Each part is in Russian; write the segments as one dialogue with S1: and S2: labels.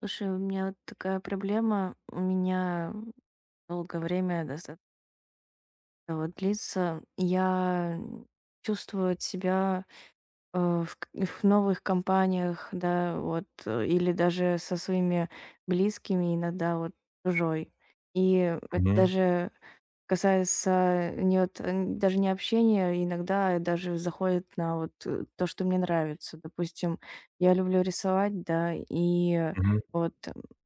S1: Слушай, у меня вот такая проблема. У меня долгое время достаточно вот длится. Я чувствую от себя э, в новых компаниях, да, вот, или даже со своими близкими иногда вот чужой. И это
S2: Мгм,
S1: даже касается не вот н даже не общения, иногда даже заходит на вот, то, что мне нравится. Допустим, я люблю рисовать, да, и
S2: мгм.
S1: вот,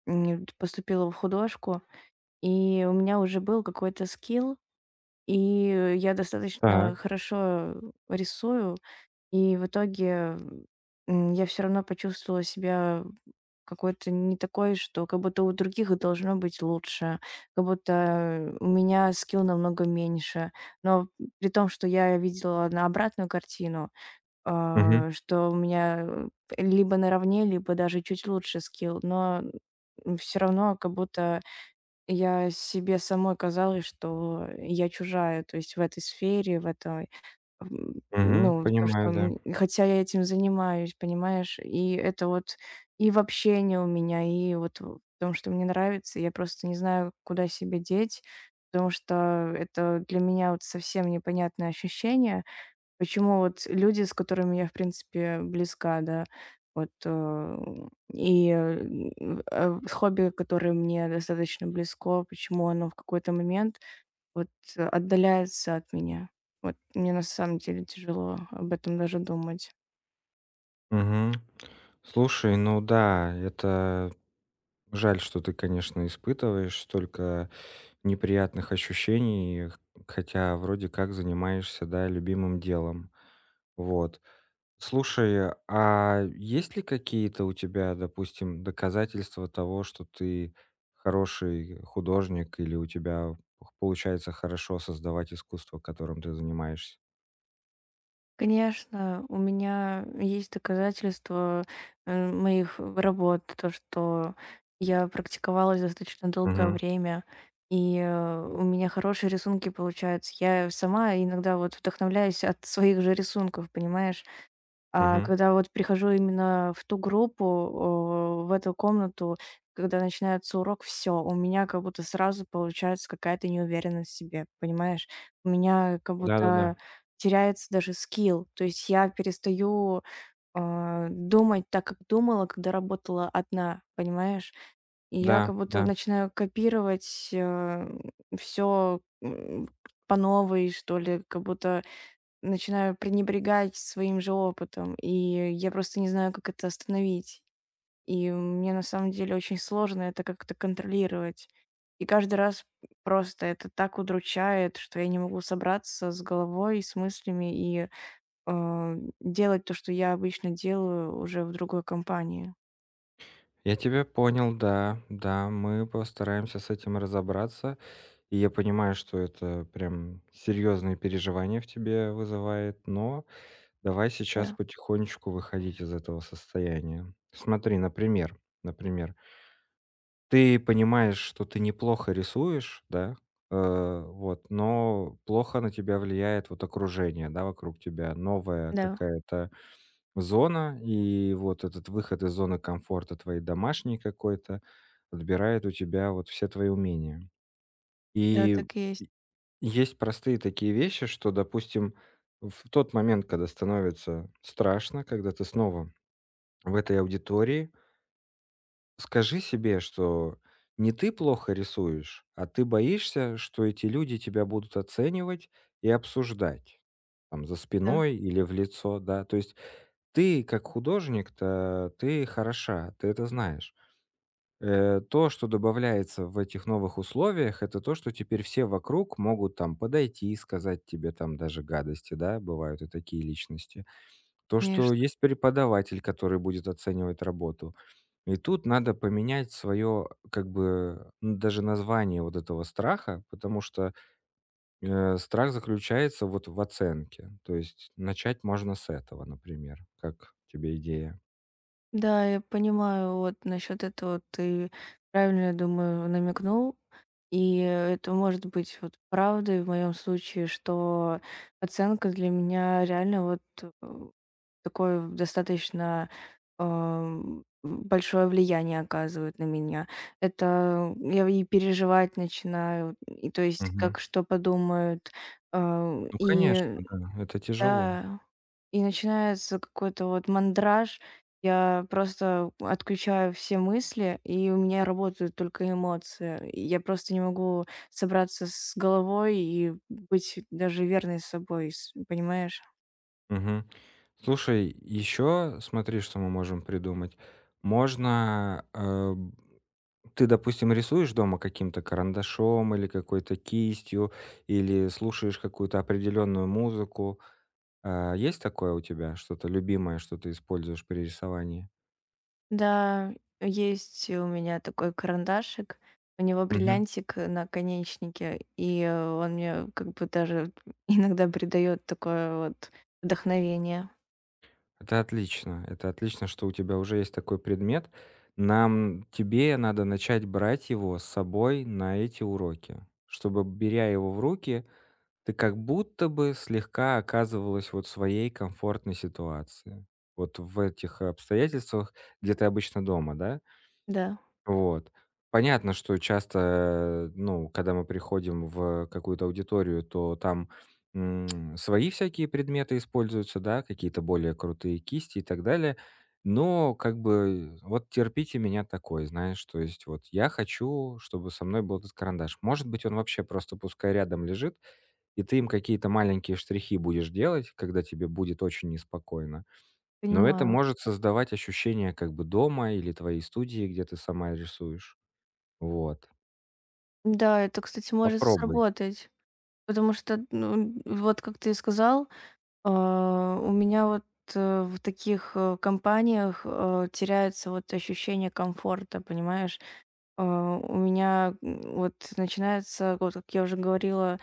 S1: поступила в художку, и у меня уже был какой-то скилл, и я достаточно
S2: Так.
S1: хорошо рисую. И в итоге, я все равно почувствовала себя какой-то не такой, что как будто у других должно быть лучше, как будто у меня скилл намного меньше. Но при том, что я видела на обратную картину,
S2: Мгм,
S1: что у меня либо наравне, либо даже чуть лучше скилл, но все равно как будто я себе самой казалось, что я чужая, то есть в этой сфере, в этой М,
S2: мгм.
S1: ну, то,
S2: Понимаю,
S1: что,
S2: да.
S1: хотя я этим занимаюсь, понимаешь, и это вот и в общении у меня, и вот в том, что мне нравится. Я просто не знаю, куда себя деть, потому что это для меня вот совсем непонятное ощущение. Почему вот люди, с которыми я, в принципе, близка, да, вот, и, э, хобби, которое мне достаточно близко, почему оно в какой-то момент вот, отдаляется от меня. Вот мне на самом деле тяжело об этом даже думать.
S2: Мгм. Слушай, ну да, это жаль, что ты, конечно, испытываешь столько неприятных ощущений, х хотя вроде как занимаешься, да, любимым делом. Вот. Слушай, а есть ли какие-то у тебя, допустим, доказательства того, что ты хороший художник или у тебя х получается хорошо создавать искусство, которым ты занимаешься?
S1: Конечно, у меня есть доказательства моих работ, то, что я практиковалась достаточно долгое
S2: Мгм,
S1: время, и у меня хорошие рисунки получаются. Я сама иногда вот вдохновляюсь от своих же рисунков, понимаешь? А
S2: мгм.
S1: когда вот прихожу именно в ту группу, о, в эту комнату, когда начинается урок, все, у меня как будто сразу получается какая-то неуверенность в себе, понимаешь? У меня как
S2: Да-да-да.
S1: будто теряется даже скилл. То есть я перестаю, думать так, как думала, когда работала одна, понимаешь? И я
S2: Да,
S1: как будто
S2: да.
S1: начинаю копировать, все по новой, что ли, как будто начинаю пренебрегать своим же опытом, и я просто не знаю, как это остановить. И мне на самом деле очень сложно это как-то контролировать. И каждый раз просто это так удручает, что я не могу собраться с головой, с мыслями и э, делать то, что я обычно делаю уже в другой компании.
S2: Я тебя понял, да, да. Мы постараемся с этим разобраться. И я понимаю, что это прям серьезные переживания в тебе вызывает, но давай сейчас
S1: Да.
S2: потихонечку выходить из этого состояния. Смотри, например, ты понимаешь, что ты неплохо рисуешь, да, вот, но плохо на тебя влияет вот окружение, да, вокруг тебя, новая
S1: Да,
S2: какая-то зона, и вот этот выход из зоны комфорта твоей домашней какой-то отбирает у тебя вот все твои умения.
S1: да,
S2: И
S1: так и
S2: и
S1: есть,
S2: есть простые такие вещи, что, допустим, в тот момент, когда становится страшно, когда ты снова в этой аудитории, скажи себе, что не ты плохо рисуешь, а ты боишься, что эти люди тебя будут оценивать и обсуждать там за
S1: да,
S2: спиной или в лицо, да. То есть ты как художник-то, ты хороша, ты это знаешь. То, что добавляется в этих новых условиях, это то, что теперь все вокруг могут там подойти и сказать тебе там даже гадости, да, бывают и такие личности. То, что
S1: конечно.
S2: есть преподаватель, который будет оценивать работу. И тут надо поменять свое, как бы, даже название вот этого страха, потому что страх заключается вот в оценке. То есть начать можно с этого, например, как тебе идея.
S1: Да, я понимаю, вот насчет этого ты правильно, я думаю, намекнул. И это может быть вот правдой в моем случае, что оценка для меня реально вот такое достаточно большое влияние оказывает на меня. Это я и переживать начинаю, и то есть
S2: Мгм.
S1: как что подумают, а,
S2: Ну, конечно,
S1: и
S2: да, это тяжело.
S1: да, и начинается какой-то вот мандраж. Я просто отключаю все мысли, и у меня работают только эмоции. И я просто не могу собраться с головой и быть даже верной собой, понимаешь?
S2: Мгм. Слушай, еще смотри, что мы можем придумать. Можно, ты, допустим, рисуешь дома каким-то карандашом или какой-то кистью, или слушаешь какую-то определенную музыку. А, есть такое у тебя, что-то любимое, что ты используешь при рисовании?
S1: Да, есть у меня такой карандашик, у него бриллиантик на конечнике, и он мне как бы даже иногда придает такое вот вдохновение.
S2: Это отлично. Это отлично, что у тебя уже есть такой предмет. Нам тебе надо начать брать его с собой на эти уроки, чтобы, беря его в руки, ты как будто бы слегка оказывалась вот в своей комфортной ситуации. Вот в этих обстоятельствах, где ты обычно дома, да?
S1: Да,
S2: Вот. Понятно, что часто, ну, когда мы приходим в какую-то аудиторию, то там, свои всякие предметы используются, да, какие-то более крутые кисти и так далее. Но как бы вот терпите меня такой, знаешь, то есть вот я хочу, чтобы со мной был этот карандаш. Может быть, он вообще просто пускай рядом лежит, и ты им какие-то маленькие штрихи будешь делать, когда тебе будет очень неспокойно. Но это
S1: понимаю.
S2: может создавать ощущение как бы дома или твоей студии, где ты сама рисуешь. Вот,
S1: Да, это, кстати, может
S2: попробуй.
S1: сработать, потому что, ну, вот как ты и сказал, у меня вот, в таких, компаниях, теряется вот ощущение комфорта, понимаешь? У меня, вот начинается, вот как я уже говорила,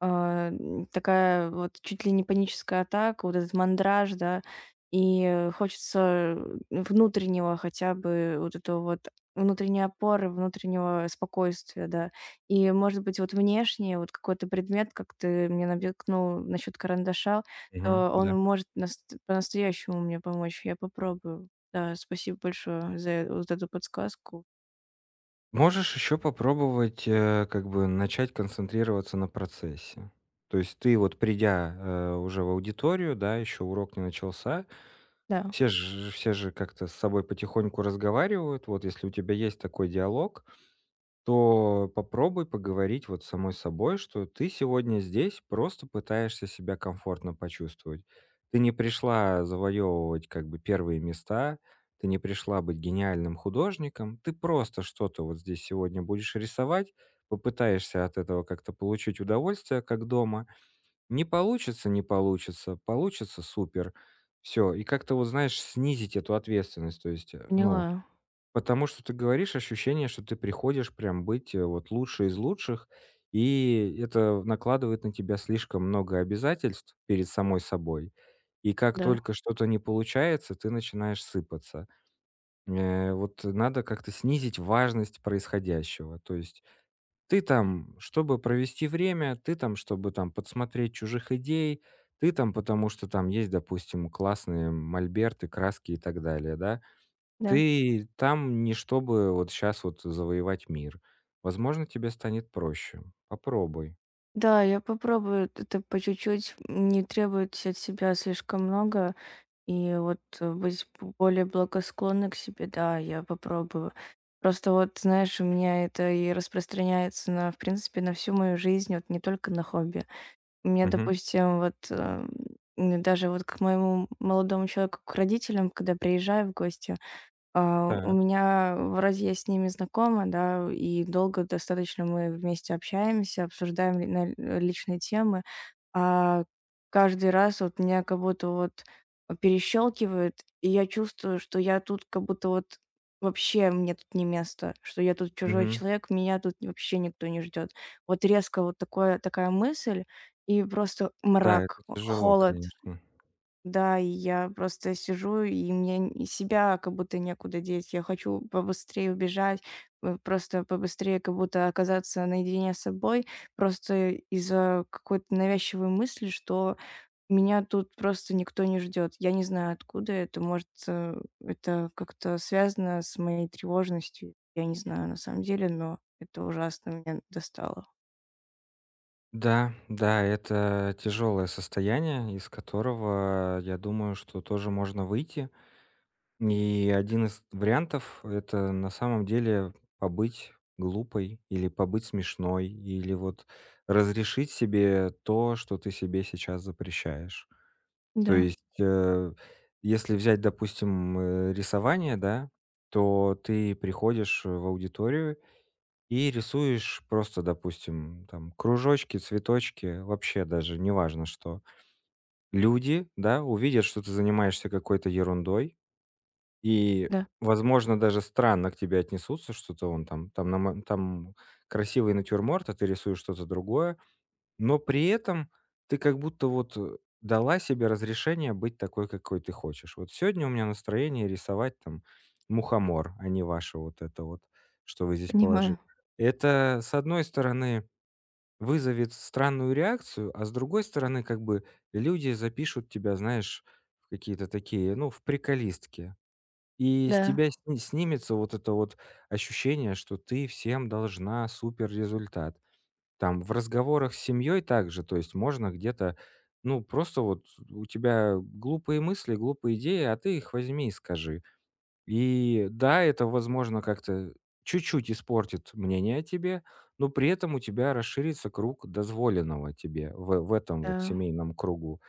S1: такая вот чуть ли не паническая атака, вот этот мандраж, да. И хочется внутреннего хотя бы вот этого вот внутренней опоры, внутреннего спокойствия, да. И, может быть, вот внешне, вот какой-то предмет, как ты мне намекнул насчет карандаша,
S2: Мгм,
S1: то
S2: да.
S1: он может по-настоящему мне помочь. Я попробую. Да, спасибо большое за вот эту подсказку.
S2: Можешь еще попробовать, как бы начать концентрироваться на процессе. То есть ты вот придя, уже в аудиторию, да, еще урок не начался,
S1: Да,
S2: все же как-то с собой потихоньку разговаривают. Вот если у тебя есть такой диалог, то попробуй поговорить вот с самой собой, что ты сегодня здесь просто пытаешься себя комфортно почувствовать. Ты не пришла завоевывать как бы первые места, ты не пришла быть гениальным художником, ты просто что-то вот здесь сегодня будешь рисовать, попытаешься от этого как-то получить удовольствие, как дома. Не получится, не получится, получится супер. Все, и как-то вот, знаешь, снизить эту ответственность, то есть, ну,
S1: поняла.
S2: потому что ты говоришь, ощущение, что ты приходишь прям быть, вот лучше из лучших, и это накладывает на тебя слишком много обязательств перед самой собой. И как
S1: Да.
S2: только что-то не получается, ты начинаешь сыпаться. Вот надо как-то снизить важность происходящего. То есть ты там, чтобы провести время, ты там, чтобы там подсмотреть чужих идей, ты там, потому что там есть, допустим, классные мольберты, краски и так далее, да?
S1: Да.
S2: Ты там не чтобы вот сейчас вот завоевать мир. Возможно, тебе станет проще. Попробуй.
S1: Да, я попробую это по чуть-чуть, не требовать от себя слишком много, и вот быть более благосклонной к себе, да, я попробую. Просто вот, знаешь, у меня это и распространяется на, в принципе, на всю мою жизнь, вот не только на хобби. У меня,
S2: Мгм.
S1: допустим, вот даже вот к моему молодому человеку, к родителям, когда приезжаю в гости, у
S2: Так.
S1: меня вроде я с ними знакома, да, и долго достаточно мы вместе общаемся, обсуждаем личные темы, а каждый раз вот меня как будто вот перещелкивает, и я чувствую, что я тут как будто вот вообще мне тут не место, что я тут чужой
S2: Мгм.
S1: человек, меня тут вообще никто не ждет. Вот резко вот такое, такая мысль, и просто
S2: Да,
S1: мрак,
S2: это тяжело,
S1: холод,
S2: конечно.
S1: да, и я просто сижу, и мне н и себя как будто некуда деть. Я хочу побыстрее убежать, просто побыстрее как будто оказаться наедине с собой, просто из-за какой-то навязчивой мысли, что меня тут просто никто не ждет. Я не знаю, откуда это. Может, это как-то связано с моей тревожностью. Я не знаю на самом деле, но это ужасно меня достало.
S2: Да, да, это тяжелое состояние, из которого, я думаю, что тоже можно выйти. И один из вариантов- это на самом деле побыть глупой или побыть смешной, или вот разрешить себе то, что ты себе сейчас запрещаешь. То
S1: Да,
S2: есть, если взять, допустим, рисование, да, то ты приходишь в аудиторию и рисуешь просто, допустим, там кружочки, цветочки, вообще даже неважно что. Люди, да, увидят, что ты занимаешься какой-то ерундой, и,
S1: да,
S2: возможно, даже странно к тебе отнесутся, что-то он там красивый натюрморт, а ты рисуешь что-то другое. Но при этом ты как будто вот, дала себе разрешение быть такой, какой ты хочешь. Вот сегодня у меня настроение рисовать там мухомор, а не ваше вот это вот, что вы здесь положили.
S1: понимаю.
S2: Это, с одной стороны, вызовет странную реакцию, а с другой стороны, как бы люди запишут тебя, знаешь, в какие-то такие, ну, в приколистки. И с
S1: Да,
S2: тебя снимется вот это вот ощущение, что ты всем должна супер результат. Там в разговорах с семьей также, то есть можно где-то, ну, просто вот у тебя глупые мысли, глупые идеи, а ты их возьми и скажи. И да, это, возможно, как-то чуть-чуть испортит мнение о тебе, но при этом у тебя расширится круг дозволенного тебе в этом вот
S1: да.
S2: семейном кругу.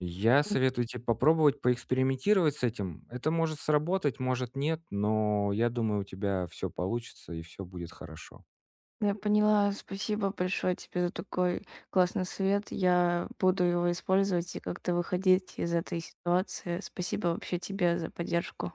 S2: Я советую тебе попробовать поэкспериментировать с этим. Это может сработать, может нет, но я думаю, у тебя все получится и все будет хорошо.
S1: Я поняла. Спасибо большое тебе за такой классный совет. Я буду его использовать и как-то выходить из этой ситуации. Спасибо вообще тебе за поддержку.